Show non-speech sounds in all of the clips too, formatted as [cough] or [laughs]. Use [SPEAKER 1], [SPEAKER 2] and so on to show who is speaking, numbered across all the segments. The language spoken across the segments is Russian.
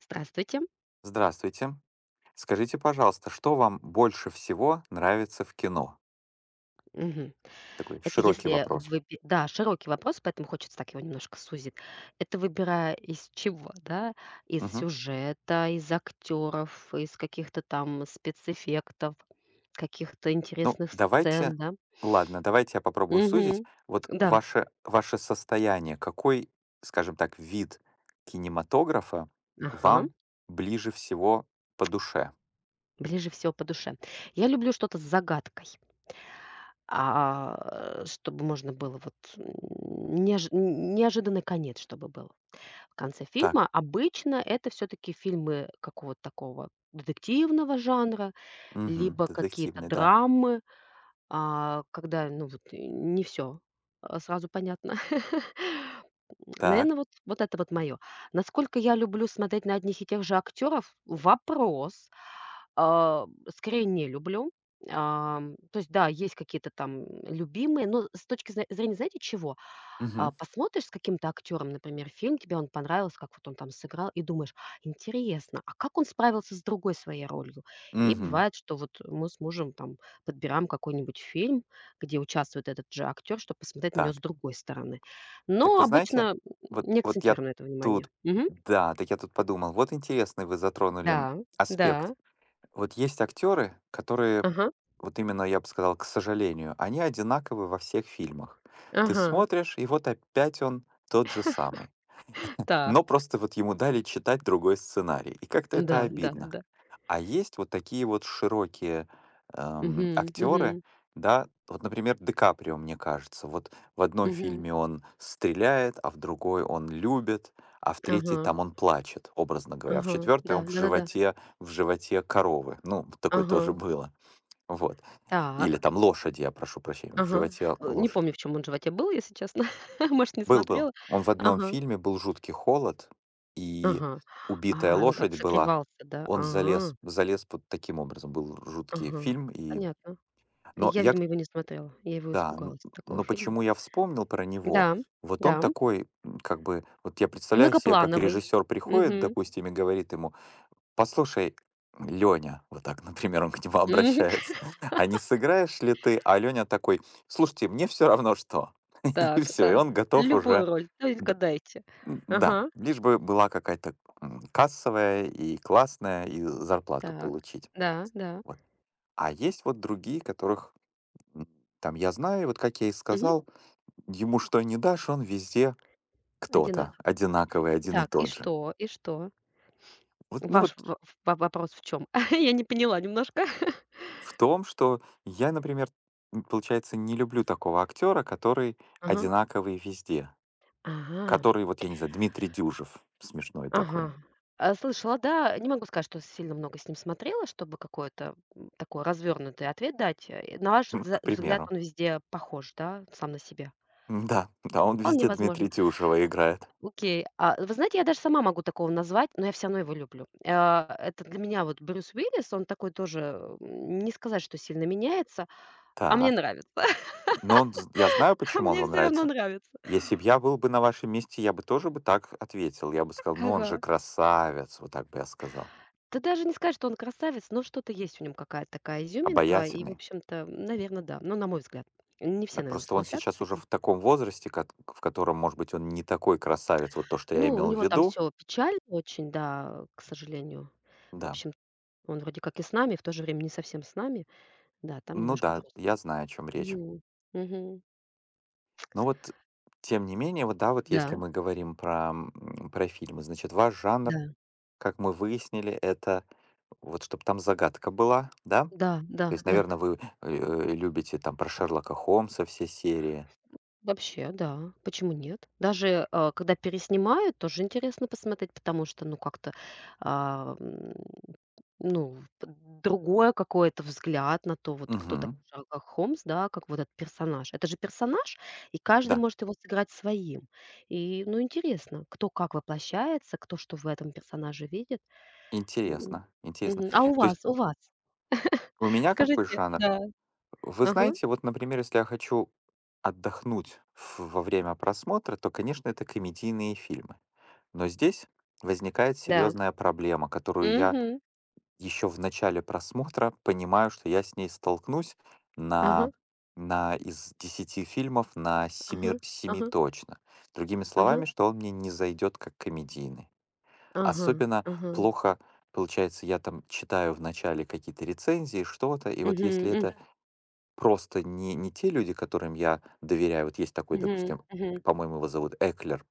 [SPEAKER 1] Здравствуйте.
[SPEAKER 2] Здравствуйте. Скажите, пожалуйста, что вам больше всего нравится в кино?
[SPEAKER 1] Мгм.
[SPEAKER 2] Такой
[SPEAKER 1] Это
[SPEAKER 2] широкий
[SPEAKER 1] если
[SPEAKER 2] вопрос.
[SPEAKER 1] выби Да, широкий вопрос, поэтому хочется так его немножко сузить. Это выбирая из чего, да? Из
[SPEAKER 2] Мгм.
[SPEAKER 1] сюжета, из актеров, из каких-то там спецэффектов, каких-то
[SPEAKER 2] Ну,
[SPEAKER 1] интересных сцен,
[SPEAKER 2] давайте,
[SPEAKER 1] да?
[SPEAKER 2] ладно, давайте я попробую сузить.
[SPEAKER 1] Мгм.
[SPEAKER 2] Вот
[SPEAKER 1] Да.
[SPEAKER 2] ваше состояние, какой, скажем так, вид кинематографа
[SPEAKER 1] Ага.
[SPEAKER 2] вам ближе всего по душе?
[SPEAKER 1] Ближе всего по душе. Я люблю что-то с загадкой, чтобы можно было вот неожиданный конец чтобы был. В конце фильма.
[SPEAKER 2] Так,
[SPEAKER 1] Обычно это все-таки фильмы какого-то такого детективного жанра,
[SPEAKER 2] мгм.
[SPEAKER 1] либо какие-то
[SPEAKER 2] Детективный, да.
[SPEAKER 1] драмы. А когда, ну, вот не все сразу понятно. [laughs] Наверное,
[SPEAKER 2] Так,
[SPEAKER 1] вот это вот мое. Насколько я люблю смотреть на одних и тех же актеров вопрос. А скорее не люблю. То есть, да, есть какие-то там любимые, но с точки зна зрения, знаете, чего? А,
[SPEAKER 2] мгм.
[SPEAKER 1] посмотришь с каким-то актером, например, фильм, тебе он понравился, как вот он там сыграл, и думаешь: "Интересно, а как он справился с другой своей ролью?" И
[SPEAKER 2] Мгм.
[SPEAKER 1] бывает, что вот мы с мужем там подбираем какой-нибудь фильм, где участвует этот же актер, чтобы посмотреть на него
[SPEAKER 2] Так.
[SPEAKER 1] с другой стороны.
[SPEAKER 2] Так
[SPEAKER 1] Но
[SPEAKER 2] вы знаете,
[SPEAKER 1] обычно
[SPEAKER 2] вот
[SPEAKER 1] не
[SPEAKER 2] вот
[SPEAKER 1] акцентирую на это внимание.
[SPEAKER 2] тут
[SPEAKER 1] Мгм.
[SPEAKER 2] да, так я тут подумал, вот интересный вы затронули,
[SPEAKER 1] Да, да.
[SPEAKER 2] аспект. Вот есть актеры, которые,
[SPEAKER 1] Ага,
[SPEAKER 2] вот именно, я бы сказал, к сожалению, они одинаковы во всех фильмах. Ты
[SPEAKER 1] ага.
[SPEAKER 2] смотришь, и вот опять он тот же самый. Но
[SPEAKER 1] Так.
[SPEAKER 2] просто вот ему дали читать другой сценарий, и как-то это
[SPEAKER 1] Да, да,
[SPEAKER 2] обидно.
[SPEAKER 1] да.
[SPEAKER 2] А есть вот такие вот широкие,
[SPEAKER 1] Мгм,
[SPEAKER 2] актеры,
[SPEAKER 1] мгм,
[SPEAKER 2] да. Вот, например, Ди Каприо, мне кажется. Вот в одном
[SPEAKER 1] мгм.
[SPEAKER 2] фильме он стреляет, а в другой он любит, а в третьей
[SPEAKER 1] Ага,
[SPEAKER 2] там он плачет, образно говоря, а в
[SPEAKER 1] ага.
[SPEAKER 2] четвертой
[SPEAKER 1] Да,
[SPEAKER 2] он в
[SPEAKER 1] да-да-да.
[SPEAKER 2] животе в животе коровы. Ну, такое тоже
[SPEAKER 1] Ага.
[SPEAKER 2] было. Вот. Или
[SPEAKER 1] Так.
[SPEAKER 2] там лошади, я прошу прощения, в
[SPEAKER 1] Ага.
[SPEAKER 2] животе
[SPEAKER 1] Не
[SPEAKER 2] лошадь.
[SPEAKER 1] помню, в чем он животе был, если честно. [laughs] Может, не
[SPEAKER 2] Был, был.
[SPEAKER 1] смотрела.
[SPEAKER 2] Он в одном
[SPEAKER 1] Ага,
[SPEAKER 2] фильме был "Жуткий холод", и
[SPEAKER 1] ага.
[SPEAKER 2] убитая
[SPEAKER 1] А, он так
[SPEAKER 2] лошадь была.
[SPEAKER 1] согревался, да?
[SPEAKER 2] Он
[SPEAKER 1] Ага,
[SPEAKER 2] залез вот таким образом. Был жуткий
[SPEAKER 1] ага.
[SPEAKER 2] фильм, и
[SPEAKER 1] Понятно.
[SPEAKER 2] но
[SPEAKER 1] Я,
[SPEAKER 2] я к
[SPEAKER 1] видимо, его не смотрела. Я его
[SPEAKER 2] да, н
[SPEAKER 1] испугалась, такого
[SPEAKER 2] но
[SPEAKER 1] фильма.
[SPEAKER 2] почему я вспомнил про него?
[SPEAKER 1] Да,
[SPEAKER 2] Вот
[SPEAKER 1] да.
[SPEAKER 2] он такой, как бы, вот я представляю себе, как
[SPEAKER 1] Многоплановый.
[SPEAKER 2] режиссер
[SPEAKER 1] Мгм.
[SPEAKER 2] приходит, допустим, и говорит ему: "Послушай, Лёня" — вот так, [laughs] например, он к нему
[SPEAKER 1] Мгм.
[SPEAKER 2] обращается, [laughs] "а не сыграешь ли ты?" А Лёня такой: "Слушайте, мне всё равно что". [laughs] И
[SPEAKER 1] Так,
[SPEAKER 2] всё, и
[SPEAKER 1] да.
[SPEAKER 2] он готов
[SPEAKER 1] Любую
[SPEAKER 2] уже.
[SPEAKER 1] роль, только дайте.
[SPEAKER 2] Да,
[SPEAKER 1] Ага.
[SPEAKER 2] лишь бы была какая-то, кассовая и классная, и зарплату
[SPEAKER 1] Так.
[SPEAKER 2] получить.
[SPEAKER 1] Да, да.
[SPEAKER 2] Вот. А есть вот другие, которых, м, там я знаю, вот как я и
[SPEAKER 1] Мгм.
[SPEAKER 2] сказал, ему что не дашь, он везде кто-то
[SPEAKER 1] Одинаковый.
[SPEAKER 2] одинаковый, один и
[SPEAKER 1] Так, и
[SPEAKER 2] тот же.
[SPEAKER 1] что? И что?
[SPEAKER 2] Вот, ну
[SPEAKER 1] Ваш
[SPEAKER 2] вот
[SPEAKER 1] в в во- вопрос в чем? [laughs] Я не поняла немножко. [laughs]
[SPEAKER 2] в том, что я, например, получается, не люблю такого актера, который
[SPEAKER 1] Ага.
[SPEAKER 2] одинаковый везде.
[SPEAKER 1] Ага.
[SPEAKER 2] Который, вот я не знаю, Дмитрий Дюжев, смешной такой,
[SPEAKER 1] Ага.
[SPEAKER 2] [laughs]
[SPEAKER 1] А, слышала, да. Не могу сказать, что сильно много с ним смотрела, чтобы какой-то, м, такой развернутый ответ дать. На ваш вза
[SPEAKER 2] к
[SPEAKER 1] взгляд,
[SPEAKER 2] примеру.
[SPEAKER 1] он везде похож, да, сам на себя?
[SPEAKER 2] Да, да, он
[SPEAKER 1] Вполне
[SPEAKER 2] везде
[SPEAKER 1] возможно.
[SPEAKER 2] Дмитрий Дюжева играет.
[SPEAKER 1] Окей. А, вы знаете, я даже сама могу такого назвать, но я всё равно его люблю. А, это для меня вот Брюс Уиллис, он такой тоже, не сказать, что сильно меняется, а мне
[SPEAKER 2] Так.
[SPEAKER 1] нравится. [laughs]
[SPEAKER 2] Но он з я знаю,
[SPEAKER 1] А
[SPEAKER 2] почему он
[SPEAKER 1] мне
[SPEAKER 2] вам
[SPEAKER 1] все равно
[SPEAKER 2] нравится.
[SPEAKER 1] нравится.
[SPEAKER 2] Если бы я был бы на вашем месте, я бы тоже бы так ответил. Я бы сказал: "Ну, он
[SPEAKER 1] Ага.
[SPEAKER 2] же красавец". Вот так бы я сказал.
[SPEAKER 1] Да даже не сказать, что он красавец, но что-то есть в нём, какая-то такая изюминка. И, в
[SPEAKER 2] Обаятельный.
[SPEAKER 1] общем-то, наверное, да. Но на мой взгляд. Не все,
[SPEAKER 2] Да,
[SPEAKER 1] наверно,
[SPEAKER 2] просто он
[SPEAKER 1] согласятся с
[SPEAKER 2] сейчас уже
[SPEAKER 1] этим.
[SPEAKER 2] в таком возрасте, кат в котором, может быть, он не такой красавец. Вот то, что я
[SPEAKER 1] Ну, у
[SPEAKER 2] имел в
[SPEAKER 1] него там
[SPEAKER 2] виду.
[SPEAKER 1] все печально очень, да, к сожалению. В
[SPEAKER 2] Да.
[SPEAKER 1] общем, он вроде как и с нами, в то же время не совсем с нами. Да, там
[SPEAKER 2] Ну
[SPEAKER 1] немножко
[SPEAKER 2] да,
[SPEAKER 1] грустно.
[SPEAKER 2] я знаю, о чем речь.
[SPEAKER 1] Мгм. Мгм.
[SPEAKER 2] Но вот, тем не менее, вот да, вот
[SPEAKER 1] Да,
[SPEAKER 2] если мы говорим про, про фильмы, значит, ваш жанр,
[SPEAKER 1] да.
[SPEAKER 2] как мы выяснили, это вот чтобы там загадка была, да?
[SPEAKER 1] Да, да,
[SPEAKER 2] То есть,
[SPEAKER 1] да.
[SPEAKER 2] наверное, вы, любите там про Шерлока Холмса все серии.
[SPEAKER 1] Вообще, да. Почему нет? Даже, когда переснимают, тоже интересно посмотреть, потому что, ну, как-то, а, м, ну, п- другое какое-то взгляд на то, вот кто такой
[SPEAKER 2] Мгм.
[SPEAKER 1] Шерлок Холмс, да, как вот этот персонаж. Это же персонаж, и каждый
[SPEAKER 2] Да,
[SPEAKER 1] может его сыграть своим. И, ну, интересно, кто как воплощается, кто что в этом персонаже видит. М,
[SPEAKER 2] интересно, интересно.
[SPEAKER 1] Мгм. А у
[SPEAKER 2] То есть
[SPEAKER 1] вас, у вас?
[SPEAKER 2] у
[SPEAKER 1] [laughs]
[SPEAKER 2] меня какой
[SPEAKER 1] Скажите,
[SPEAKER 2] жанр?
[SPEAKER 1] да.
[SPEAKER 2] Вы
[SPEAKER 1] Ага,
[SPEAKER 2] знаете, вот, например, если я хочу отдохнуть в во время просмотра, то, конечно, это комедийные фильмы. Но здесь возникает
[SPEAKER 1] да.
[SPEAKER 2] серьезная проблема, которую я
[SPEAKER 1] Мгм.
[SPEAKER 2] еще в начале просмотра понимаю, что я с ней столкнусь
[SPEAKER 1] Ага,
[SPEAKER 2] на на из 10 фильмов на семи
[SPEAKER 1] ага,
[SPEAKER 2] семи
[SPEAKER 1] ага,
[SPEAKER 2] точно. Другими
[SPEAKER 1] ага.
[SPEAKER 2] словами, что он мне не зайдет как комедийный.
[SPEAKER 1] Ага,
[SPEAKER 2] Особенно
[SPEAKER 1] ага.
[SPEAKER 2] плохо получается, я там читаю в начале какие-то рецензии, что-то, и вот если
[SPEAKER 1] Мгм,
[SPEAKER 2] Ну
[SPEAKER 1] м,
[SPEAKER 2] это да. Просто не те люди, которым я доверяю. Вот есть такой,
[SPEAKER 1] мгм,
[SPEAKER 2] допустим,
[SPEAKER 1] мгм.
[SPEAKER 2] по-моему, его зовут Эклер,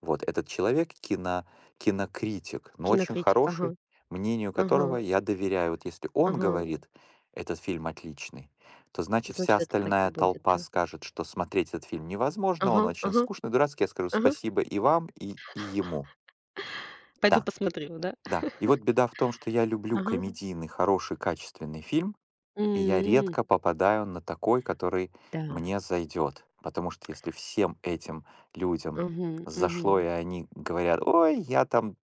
[SPEAKER 2] вот этот человек кинокритик, но очень
[SPEAKER 1] Кинокритик, ага,
[SPEAKER 2] хороший, мнению
[SPEAKER 1] ага,
[SPEAKER 2] которого я доверяю. Вот если он
[SPEAKER 1] ага.
[SPEAKER 2] говорит: "Этот фильм отличный", то значит вся
[SPEAKER 1] Значит, это так и
[SPEAKER 2] остальная
[SPEAKER 1] будет,
[SPEAKER 2] толпа
[SPEAKER 1] да.
[SPEAKER 2] скажет, что смотреть этот фильм невозможно,
[SPEAKER 1] Ага,
[SPEAKER 2] он очень
[SPEAKER 1] ага,
[SPEAKER 2] скучный, дурацкий. Я скажу:
[SPEAKER 1] ага.
[SPEAKER 2] "Спасибо и вам, и ему".
[SPEAKER 1] Пойду
[SPEAKER 2] Да,
[SPEAKER 1] посмотрю, да?
[SPEAKER 2] да. И вот беда в том, что я люблю
[SPEAKER 1] Ага.
[SPEAKER 2] комедийный, хороший, качественный фильм, и я
[SPEAKER 1] М,
[SPEAKER 2] редко попадаю на такой, который
[SPEAKER 1] да.
[SPEAKER 2] мне зайдет. Потому что если всем этим людям
[SPEAKER 1] Мгм, мгм.
[SPEAKER 2] зашло, и они говорят, ой, я там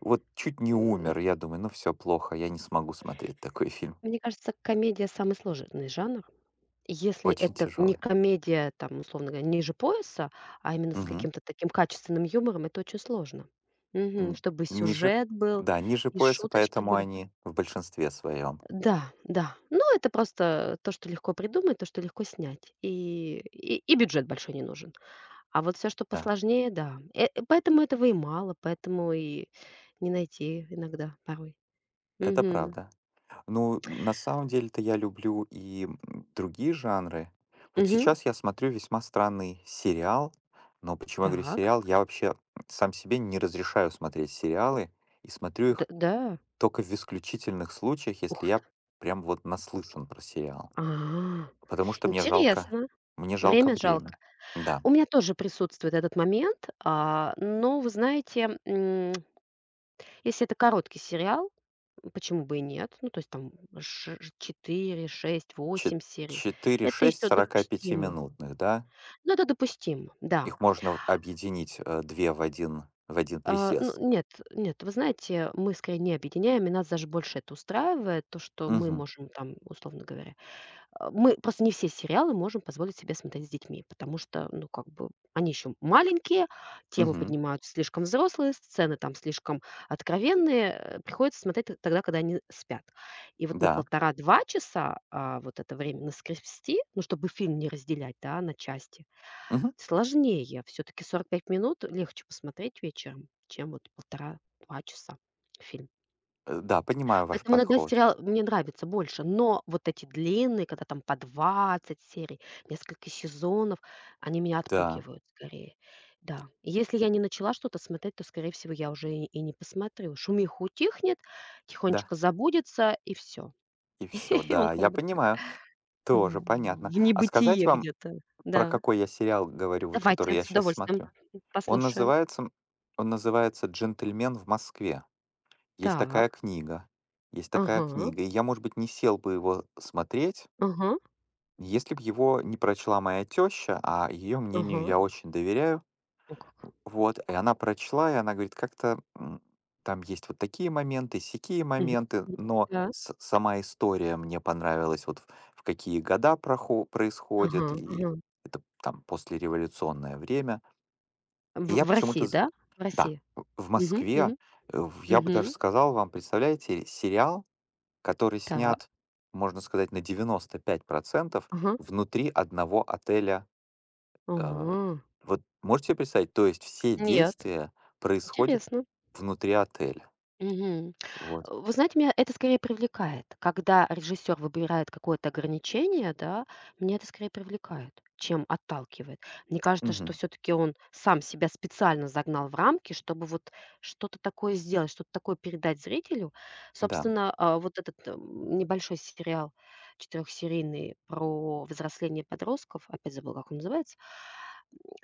[SPEAKER 2] вот чуть не
[SPEAKER 1] М,
[SPEAKER 2] умер, я думаю, ну все плохо, я не смогу смотреть такой фильм.
[SPEAKER 1] Мне кажется, комедия — самый сложный жанр. Если
[SPEAKER 2] Очень
[SPEAKER 1] это не
[SPEAKER 2] тяжелый.
[SPEAKER 1] комедия, там, условно говоря, ниже пояса, а именно с
[SPEAKER 2] Мгм.
[SPEAKER 1] каким-то таким качественным юмором, это очень сложно. Мгм.
[SPEAKER 2] Н-
[SPEAKER 1] Чтобы
[SPEAKER 2] Ниже,
[SPEAKER 1] сюжет был
[SPEAKER 2] да, ниже
[SPEAKER 1] и
[SPEAKER 2] пояса,
[SPEAKER 1] шуточки
[SPEAKER 2] поэтому
[SPEAKER 1] были.
[SPEAKER 2] они в большинстве своем.
[SPEAKER 1] Да, да. Ну, это просто то, что легко придумать, то, что легко снять. И бюджет большой не нужен. А вот все, что
[SPEAKER 2] Да,
[SPEAKER 1] посложнее, да. Поэтому этого и мало, поэтому и не найти иногда порой.
[SPEAKER 2] это
[SPEAKER 1] Угу.
[SPEAKER 2] правда. Ну, на самом деле-то я люблю и другие жанры. Вот
[SPEAKER 1] Угу.
[SPEAKER 2] сейчас я смотрю весьма странный сериал, но почему я говорю
[SPEAKER 1] Так.
[SPEAKER 2] сериал? Я вообще сам себе не разрешаю смотреть сериалы и смотрю их
[SPEAKER 1] Да.
[SPEAKER 2] только в исключительных случаях, если
[SPEAKER 1] Ух
[SPEAKER 2] я
[SPEAKER 1] ты.
[SPEAKER 2] прям вот наслышан про сериал.
[SPEAKER 1] А,
[SPEAKER 2] Потому что
[SPEAKER 1] интересно.
[SPEAKER 2] мне жалко
[SPEAKER 1] Время
[SPEAKER 2] время.
[SPEAKER 1] жалко.
[SPEAKER 2] Да,
[SPEAKER 1] У меня тоже присутствует этот момент, но вы знаете, если это короткий сериал, почему бы и нет? Ну, то есть там ш 4, 6,
[SPEAKER 2] чет-
[SPEAKER 1] 8 серий.
[SPEAKER 2] четыре,
[SPEAKER 1] Это
[SPEAKER 2] шесть
[SPEAKER 1] еще
[SPEAKER 2] 45
[SPEAKER 1] допустимо.
[SPEAKER 2] минутных, да?
[SPEAKER 1] Ну, это допустимо, да.
[SPEAKER 2] Их можно объединить, две в один
[SPEAKER 1] А, ну,
[SPEAKER 2] присест.
[SPEAKER 1] нет, нет, вы знаете, мы скорее не объединяем, и нас даже больше это устраивает, то, что мы
[SPEAKER 2] Угу,
[SPEAKER 1] можем там, условно говоря. А, мы просто не все сериалы можем позволить себе смотреть с детьми, потому что, ну, как бы они еще маленькие, темы
[SPEAKER 2] угу,
[SPEAKER 1] поднимают слишком взрослые, сцены там слишком откровенные, приходится смотреть тогда, когда они спят. И вот на
[SPEAKER 2] да.
[SPEAKER 1] полтора-два часа вот это время наскрести, ну, чтобы фильм не разделять, да, на части,
[SPEAKER 2] Мгм.
[SPEAKER 1] сложнее. Все-таки 45 минут легче посмотреть вечером, чем вот полтора-два часа фильм.
[SPEAKER 2] Да, понимаю ваш
[SPEAKER 1] Поэтому иногда
[SPEAKER 2] подход.
[SPEAKER 1] сериал мне нравится больше, но вот эти длинные, когда там по 20 серий, несколько сезонов, они меня
[SPEAKER 2] Да,
[SPEAKER 1] отпугивают скорее. Да. И если я не начала что-то смотреть, то, скорее всего, я уже и не посмотрю. Шумиха утихнет,
[SPEAKER 2] да,
[SPEAKER 1] тихонечко забудется, и все.
[SPEAKER 2] и все.
[SPEAKER 1] [laughs] И он
[SPEAKER 2] Да,
[SPEAKER 1] как
[SPEAKER 2] я
[SPEAKER 1] бы
[SPEAKER 2] понимаю,
[SPEAKER 1] так в
[SPEAKER 2] тоже понятно.
[SPEAKER 1] в
[SPEAKER 2] А сказать
[SPEAKER 1] небытие
[SPEAKER 2] вам,
[SPEAKER 1] где-то.
[SPEAKER 2] про
[SPEAKER 1] Да.
[SPEAKER 2] какой я сериал говорю, вот который
[SPEAKER 1] Давайте,
[SPEAKER 2] я
[SPEAKER 1] с
[SPEAKER 2] сейчас
[SPEAKER 1] удовольствием,
[SPEAKER 2] смотрю? Он
[SPEAKER 1] послушаю.
[SPEAKER 2] называется, он называется "Джентльмен в Москве". Есть
[SPEAKER 1] Так.
[SPEAKER 2] такая книга, есть такая
[SPEAKER 1] Ага,
[SPEAKER 2] книга. И я, может быть, не сел бы его смотреть,
[SPEAKER 1] ага,
[SPEAKER 2] если бы его не прочла моя теща, а её мнению
[SPEAKER 1] ага.
[SPEAKER 2] я очень доверяю.
[SPEAKER 1] О как.
[SPEAKER 2] Вот, и она прочла, и она говорит, как-то там есть вот такие моменты, сякие
[SPEAKER 1] Мгм.
[SPEAKER 2] моменты, но
[SPEAKER 1] Да.
[SPEAKER 2] сама история мне понравилась, вот в какие года
[SPEAKER 1] Ага,
[SPEAKER 2] происходит, и
[SPEAKER 1] ага.
[SPEAKER 2] это там послереволюционное время. И
[SPEAKER 1] В
[SPEAKER 2] я
[SPEAKER 1] в России,
[SPEAKER 2] почему-то,
[SPEAKER 1] да? В России.
[SPEAKER 2] в
[SPEAKER 1] Мгм,
[SPEAKER 2] Москве,
[SPEAKER 1] мгм,
[SPEAKER 2] я бы даже
[SPEAKER 1] мгм.
[SPEAKER 2] сказал вам, представляете, сериал, который
[SPEAKER 1] Так.
[SPEAKER 2] снят, можно сказать, на 95%
[SPEAKER 1] Ага.
[SPEAKER 2] внутри одного отеля. Э,
[SPEAKER 1] А.
[SPEAKER 2] вот можете себе представить? То есть все
[SPEAKER 1] Нет.
[SPEAKER 2] действия происходят
[SPEAKER 1] Интересно.
[SPEAKER 2] внутри отеля.
[SPEAKER 1] Мгм.
[SPEAKER 2] Вот.
[SPEAKER 1] Вы знаете, меня это скорее привлекает. Когда режиссер выбирает какое-то ограничение, да, меня это скорее привлекает, чем отталкивает. Мне кажется, что
[SPEAKER 2] Мгм.
[SPEAKER 1] все-таки он сам себя специально загнал в рамки, чтобы вот что-то такое сделать, что-то такое передать зрителю.
[SPEAKER 2] Да.
[SPEAKER 1] Собственно, вот этот небольшой сериал четырехсерийный про взросление подростков, опять забыл, как он называется,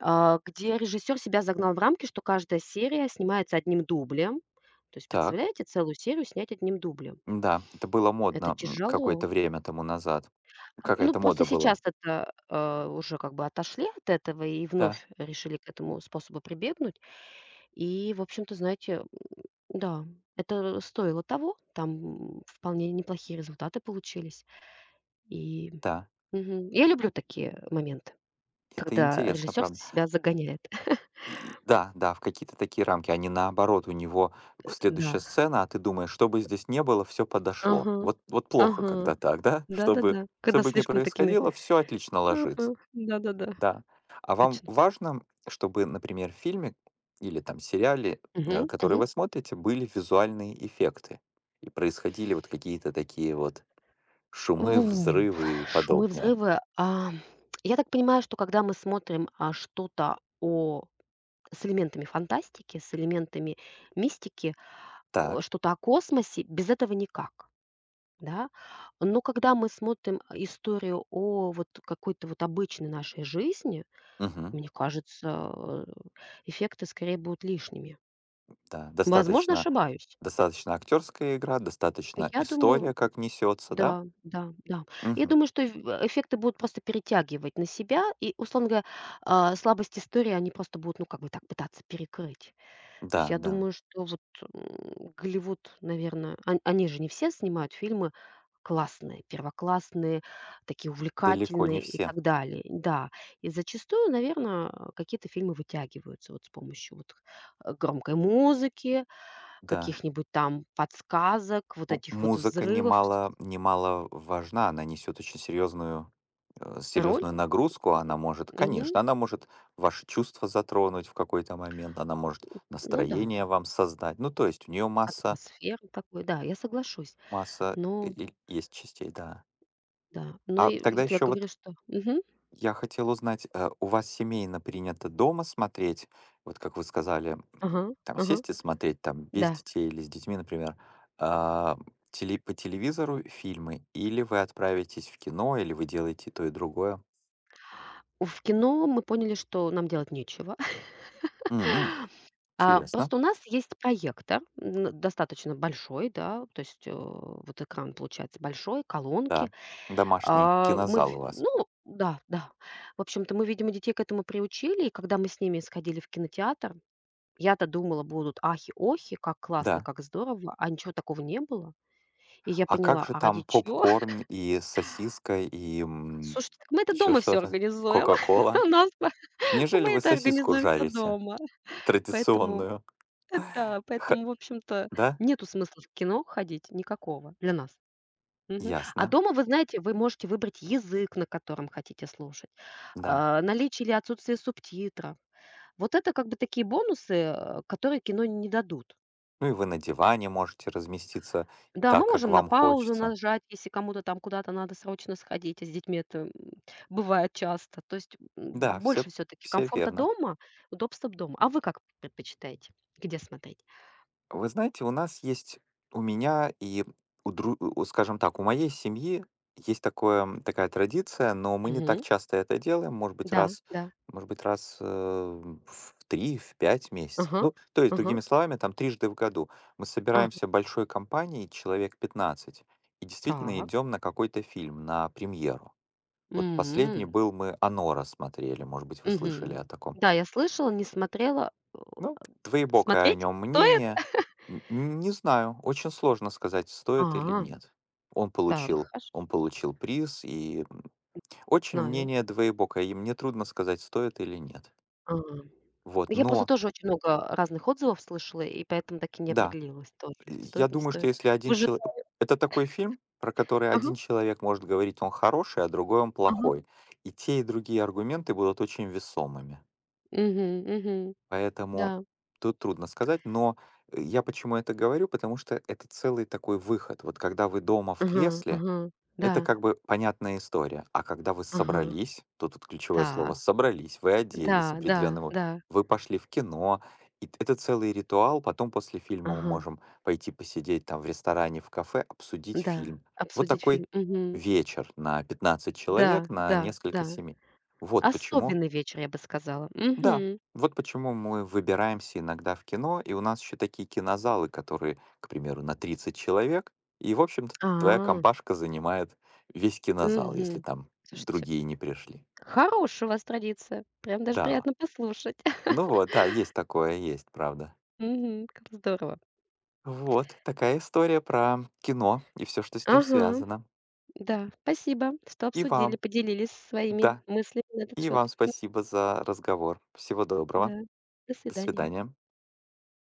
[SPEAKER 1] где режиссер себя загнал в рамки, что каждая серия снимается одним дублем. То есть,
[SPEAKER 2] Так.
[SPEAKER 1] представляете, целую серию снять одним дублем?
[SPEAKER 2] Да, это было
[SPEAKER 1] Это
[SPEAKER 2] модно,
[SPEAKER 1] тяжело.
[SPEAKER 2] какое-то время тому назад.
[SPEAKER 1] А, ну,
[SPEAKER 2] Какая-то
[SPEAKER 1] просто
[SPEAKER 2] мода
[SPEAKER 1] сейчас
[SPEAKER 2] была.
[SPEAKER 1] это, уже как бы отошли от этого и
[SPEAKER 2] Да,
[SPEAKER 1] вновь решили к этому способу прибегнуть. И, в общем-то, знаете, да, это стоило того. Там вполне неплохие результаты получились. И
[SPEAKER 2] да.
[SPEAKER 1] Мгм. Я люблю такие моменты,
[SPEAKER 2] Это
[SPEAKER 1] когда
[SPEAKER 2] интересно,
[SPEAKER 1] режиссер
[SPEAKER 2] правда.
[SPEAKER 1] себя загоняет. [laughs]
[SPEAKER 2] И да, да, в какие-то такие рамки, а не наоборот, у него следующая
[SPEAKER 1] Да.
[SPEAKER 2] сцена, а ты думаешь, что бы здесь не было, все подошло.
[SPEAKER 1] Ага.
[SPEAKER 2] Вот плохо,
[SPEAKER 1] Ага.
[SPEAKER 2] когда так, да? Чтобы
[SPEAKER 1] Да-да-да, когда
[SPEAKER 2] чтобы не
[SPEAKER 1] слишком такими.
[SPEAKER 2] происходило, все отлично ложится.
[SPEAKER 1] Ага, да-да-да,
[SPEAKER 2] Да. А вам
[SPEAKER 1] точно.
[SPEAKER 2] важно, чтобы, например, в фильме или там сериале,
[SPEAKER 1] Мгм,
[SPEAKER 2] который
[SPEAKER 1] мгм.
[SPEAKER 2] вы смотрите, были визуальные эффекты и происходили вот какие-то такие вот шумы,
[SPEAKER 1] У,
[SPEAKER 2] взрывы и
[SPEAKER 1] Шумы,
[SPEAKER 2] подобное?
[SPEAKER 1] взрывы. А, я так понимаю, что когда мы смотрим, что-то о с элементами фантастики, с элементами мистики,
[SPEAKER 2] Так.
[SPEAKER 1] что-то о космосе, без этого никак, да. Но когда мы смотрим историю о вот какой-то вот обычной нашей жизни,
[SPEAKER 2] Мгм.
[SPEAKER 1] мне кажется, э, эффекты скорее будут лишними.
[SPEAKER 2] Да.
[SPEAKER 1] Возможно,
[SPEAKER 2] Достаточно
[SPEAKER 1] ошибаюсь.
[SPEAKER 2] достаточно актерская игра, достаточно
[SPEAKER 1] Я думаю
[SPEAKER 2] история, как несется, да?
[SPEAKER 1] Да, да, да. Я
[SPEAKER 2] Мгм.
[SPEAKER 1] думаю, что эффекты будут просто перетягивать на себя, и, условно говоря, слабость истории они просто будут, ну, как бы так пытаться перекрыть. То
[SPEAKER 2] Да,
[SPEAKER 1] есть я
[SPEAKER 2] да.
[SPEAKER 1] думаю, что вот Голливуд, наверное, они же не все снимают фильмы классные, первоклассные, такие
[SPEAKER 2] Далеко не
[SPEAKER 1] увлекательные и
[SPEAKER 2] все.
[SPEAKER 1] так далее. Да, и зачастую, наверное, какие-то фильмы вытягиваются вот с помощью вот громкой музыки,
[SPEAKER 2] Да.
[SPEAKER 1] каких-нибудь там подсказок, вот
[SPEAKER 2] Ну,
[SPEAKER 1] этих вот
[SPEAKER 2] музыка
[SPEAKER 1] взрывов.
[SPEAKER 2] немало важна, она несет очень серьезную нагрузку.
[SPEAKER 1] Мгм.
[SPEAKER 2] Она может ваши чувства затронуть в какой-то момент, она может
[SPEAKER 1] Ну да,
[SPEAKER 2] настроение вам создать. Ну, то есть у нее
[SPEAKER 1] атмосфера такой, да, я соглашусь.
[SPEAKER 2] масса
[SPEAKER 1] Но
[SPEAKER 2] и есть частей, да.
[SPEAKER 1] да, но
[SPEAKER 2] А
[SPEAKER 1] и
[SPEAKER 2] тогда
[SPEAKER 1] вот я
[SPEAKER 2] еще
[SPEAKER 1] говорю,
[SPEAKER 2] вот
[SPEAKER 1] что. Мгм.
[SPEAKER 2] Я хотел узнать, у вас семейно принято дома смотреть, вот как вы сказали,
[SPEAKER 1] Ага,
[SPEAKER 2] там
[SPEAKER 1] ага,
[SPEAKER 2] сесть и смотреть, там без
[SPEAKER 1] да.
[SPEAKER 2] детей или с детьми, например, а, по телевизору фильмы, или вы отправитесь в кино, или вы делаете и то и другое?
[SPEAKER 1] У В кино мы поняли, что нам делать нечего. [laughs]
[SPEAKER 2] М,
[SPEAKER 1] А,
[SPEAKER 2] Интересно,
[SPEAKER 1] просто у нас есть проектор, н достаточно большой, да, то есть, э, вот экран получается большой, колонки.
[SPEAKER 2] да. Домашний
[SPEAKER 1] А, мы в
[SPEAKER 2] кинозал у вас,
[SPEAKER 1] ну да, да. В общем-то, мы, видимо, детей к этому приучили, и когда мы с ними сходили в кинотеатр, я-то думала, будут ахи-охи, как классно,
[SPEAKER 2] да.
[SPEAKER 1] как здорово, а ничего такого не было. И я
[SPEAKER 2] А как
[SPEAKER 1] поняла,
[SPEAKER 2] же
[SPEAKER 1] а
[SPEAKER 2] там
[SPEAKER 1] ради чего?
[SPEAKER 2] попкорн и сосиска и
[SPEAKER 1] [laughs] Слушайте, так мы это
[SPEAKER 2] еще
[SPEAKER 1] дома все
[SPEAKER 2] что-то?
[SPEAKER 1] организуем.
[SPEAKER 2] Кока-кола?
[SPEAKER 1] [laughs] У нас мы
[SPEAKER 2] Неужели
[SPEAKER 1] мы
[SPEAKER 2] вы
[SPEAKER 1] это
[SPEAKER 2] сосиску
[SPEAKER 1] организуем все
[SPEAKER 2] жарите?
[SPEAKER 1] дома. Поэтому,
[SPEAKER 2] Традиционную?
[SPEAKER 1] да,
[SPEAKER 2] Ха-
[SPEAKER 1] поэтому, в общем-то,
[SPEAKER 2] да?
[SPEAKER 1] нету смысла в кино ходить никакого для нас. Мгм. А
[SPEAKER 2] Ясно,
[SPEAKER 1] дома, вы знаете, вы можете выбрать язык, на котором хотите слушать,
[SPEAKER 2] да.
[SPEAKER 1] а, наличие или отсутствие субтитров. Вот это как бы такие бонусы, которые кино не дадут.
[SPEAKER 2] Ну и вы на диване можете разместиться и
[SPEAKER 1] Да, мы
[SPEAKER 2] так, как
[SPEAKER 1] можем на
[SPEAKER 2] вам
[SPEAKER 1] паузу
[SPEAKER 2] хочется.
[SPEAKER 1] нажать, если кому-то там куда-то надо срочно сходить, а с детьми это, бывает часто. То есть,
[SPEAKER 2] Да, все,
[SPEAKER 1] больше все таки
[SPEAKER 2] все
[SPEAKER 1] комфорта
[SPEAKER 2] верно.
[SPEAKER 1] дома, удобства дома. А вы как предпочитаете, где смотреть?
[SPEAKER 2] Вы знаете, у нас есть, у меня и у, дру- у, скажем так, у моей семьи есть такое, такая традиция, но мы не так
[SPEAKER 1] Мгм.
[SPEAKER 2] часто это делаем, может быть,
[SPEAKER 1] Да, да.
[SPEAKER 2] раз в 3, в 5 месяцев.
[SPEAKER 1] Ага,
[SPEAKER 2] Ну, то есть,
[SPEAKER 1] ага,
[SPEAKER 2] другими словами, там трижды в году мы
[SPEAKER 1] ага.
[SPEAKER 2] собираемся большой компанией, человек 15, и действительно
[SPEAKER 1] Так.
[SPEAKER 2] идем на какой-то фильм, на премьеру. Вот последний
[SPEAKER 1] М,
[SPEAKER 2] был, мы "Анора" смотрели, может быть, вы слышали
[SPEAKER 1] Мгм.
[SPEAKER 2] о таком.
[SPEAKER 1] Да, я слышала, не смотрела.
[SPEAKER 2] Ну, двоебокое о
[SPEAKER 1] Смотреть
[SPEAKER 2] нем
[SPEAKER 1] стоит?
[SPEAKER 2] мнение.
[SPEAKER 1] [laughs]
[SPEAKER 2] Н Не знаю, очень сложно сказать, стоит или
[SPEAKER 1] А,
[SPEAKER 2] нет.
[SPEAKER 1] так, хорошо,
[SPEAKER 2] Он получил приз, и, очень
[SPEAKER 1] знаю.
[SPEAKER 2] мнение двоебокое, и мне трудно сказать, стоит или нет.
[SPEAKER 1] А.
[SPEAKER 2] Вот,
[SPEAKER 1] Я просто
[SPEAKER 2] но
[SPEAKER 1] тоже очень много разных отзывов слышала, и поэтому так и не
[SPEAKER 2] да,
[SPEAKER 1] определилась тоже,
[SPEAKER 2] я
[SPEAKER 1] стоит, не
[SPEAKER 2] думаю, что
[SPEAKER 1] стоит.
[SPEAKER 2] если один
[SPEAKER 1] Вы же
[SPEAKER 2] человек, это такой фильм, про который
[SPEAKER 1] Ага,
[SPEAKER 2] один человек может говорить, он хороший, а другой он
[SPEAKER 1] ага.
[SPEAKER 2] плохой. И те, и другие аргументы будут очень весомыми.
[SPEAKER 1] Мгм, мгм. Да.
[SPEAKER 2] Поэтому тут трудно сказать, но я почему это говорю, потому что это целый такой выход. Вот когда вы дома в
[SPEAKER 1] Ага,
[SPEAKER 2] кресле,
[SPEAKER 1] ага. Да.
[SPEAKER 2] это как бы понятная история. А когда вы
[SPEAKER 1] Ага.
[SPEAKER 2] собрались, тут вот ключевое слово
[SPEAKER 1] Так.
[SPEAKER 2] собрались, вы
[SPEAKER 1] Да,
[SPEAKER 2] оделись
[SPEAKER 1] да,
[SPEAKER 2] определенным, вот,
[SPEAKER 1] да.
[SPEAKER 2] вы пошли в кино, и это целый ритуал. Потом после фильма мы
[SPEAKER 1] Ага.
[SPEAKER 2] можем пойти посидеть там в ресторане, в кафе, обсудить
[SPEAKER 1] Да.
[SPEAKER 2] фильм. Вот
[SPEAKER 1] Обсудить фильм.
[SPEAKER 2] такой
[SPEAKER 1] Мгм.
[SPEAKER 2] вечер на 15
[SPEAKER 1] Да,
[SPEAKER 2] человек, на
[SPEAKER 1] да,
[SPEAKER 2] несколько
[SPEAKER 1] да.
[SPEAKER 2] семей. Вот почему
[SPEAKER 1] Особенный вечер, я бы сказала.
[SPEAKER 2] да,
[SPEAKER 1] Мгм.
[SPEAKER 2] вот почему мы выбираемся иногда в кино, и у нас еще такие кинозалы, которые, к примеру, на 30 человек, и, в общем-то, твоя
[SPEAKER 1] А.
[SPEAKER 2] компашка занимает весь кинозал, если
[SPEAKER 1] Мгм.
[SPEAKER 2] там
[SPEAKER 1] Слушайте,
[SPEAKER 2] другие не пришли.
[SPEAKER 1] хорошая у вас традиция. Прям даже
[SPEAKER 2] Да,
[SPEAKER 1] приятно послушать.
[SPEAKER 2] ну
[SPEAKER 1] [laughs]
[SPEAKER 2] вот, да, есть такое, есть, правда.
[SPEAKER 1] Мгм, как здорово.
[SPEAKER 2] Вот, такая история про кино и все, что с ним
[SPEAKER 1] Ага.
[SPEAKER 2] связано.
[SPEAKER 1] Да, спасибо, что
[SPEAKER 2] И
[SPEAKER 1] обсудили,
[SPEAKER 2] вам,
[SPEAKER 1] поделились своими
[SPEAKER 2] да,
[SPEAKER 1] мыслями на этот
[SPEAKER 2] и вам
[SPEAKER 1] счет.
[SPEAKER 2] спасибо за разговор. Всего доброго.
[SPEAKER 1] Да, до
[SPEAKER 2] До
[SPEAKER 1] свидания.
[SPEAKER 2] свидания.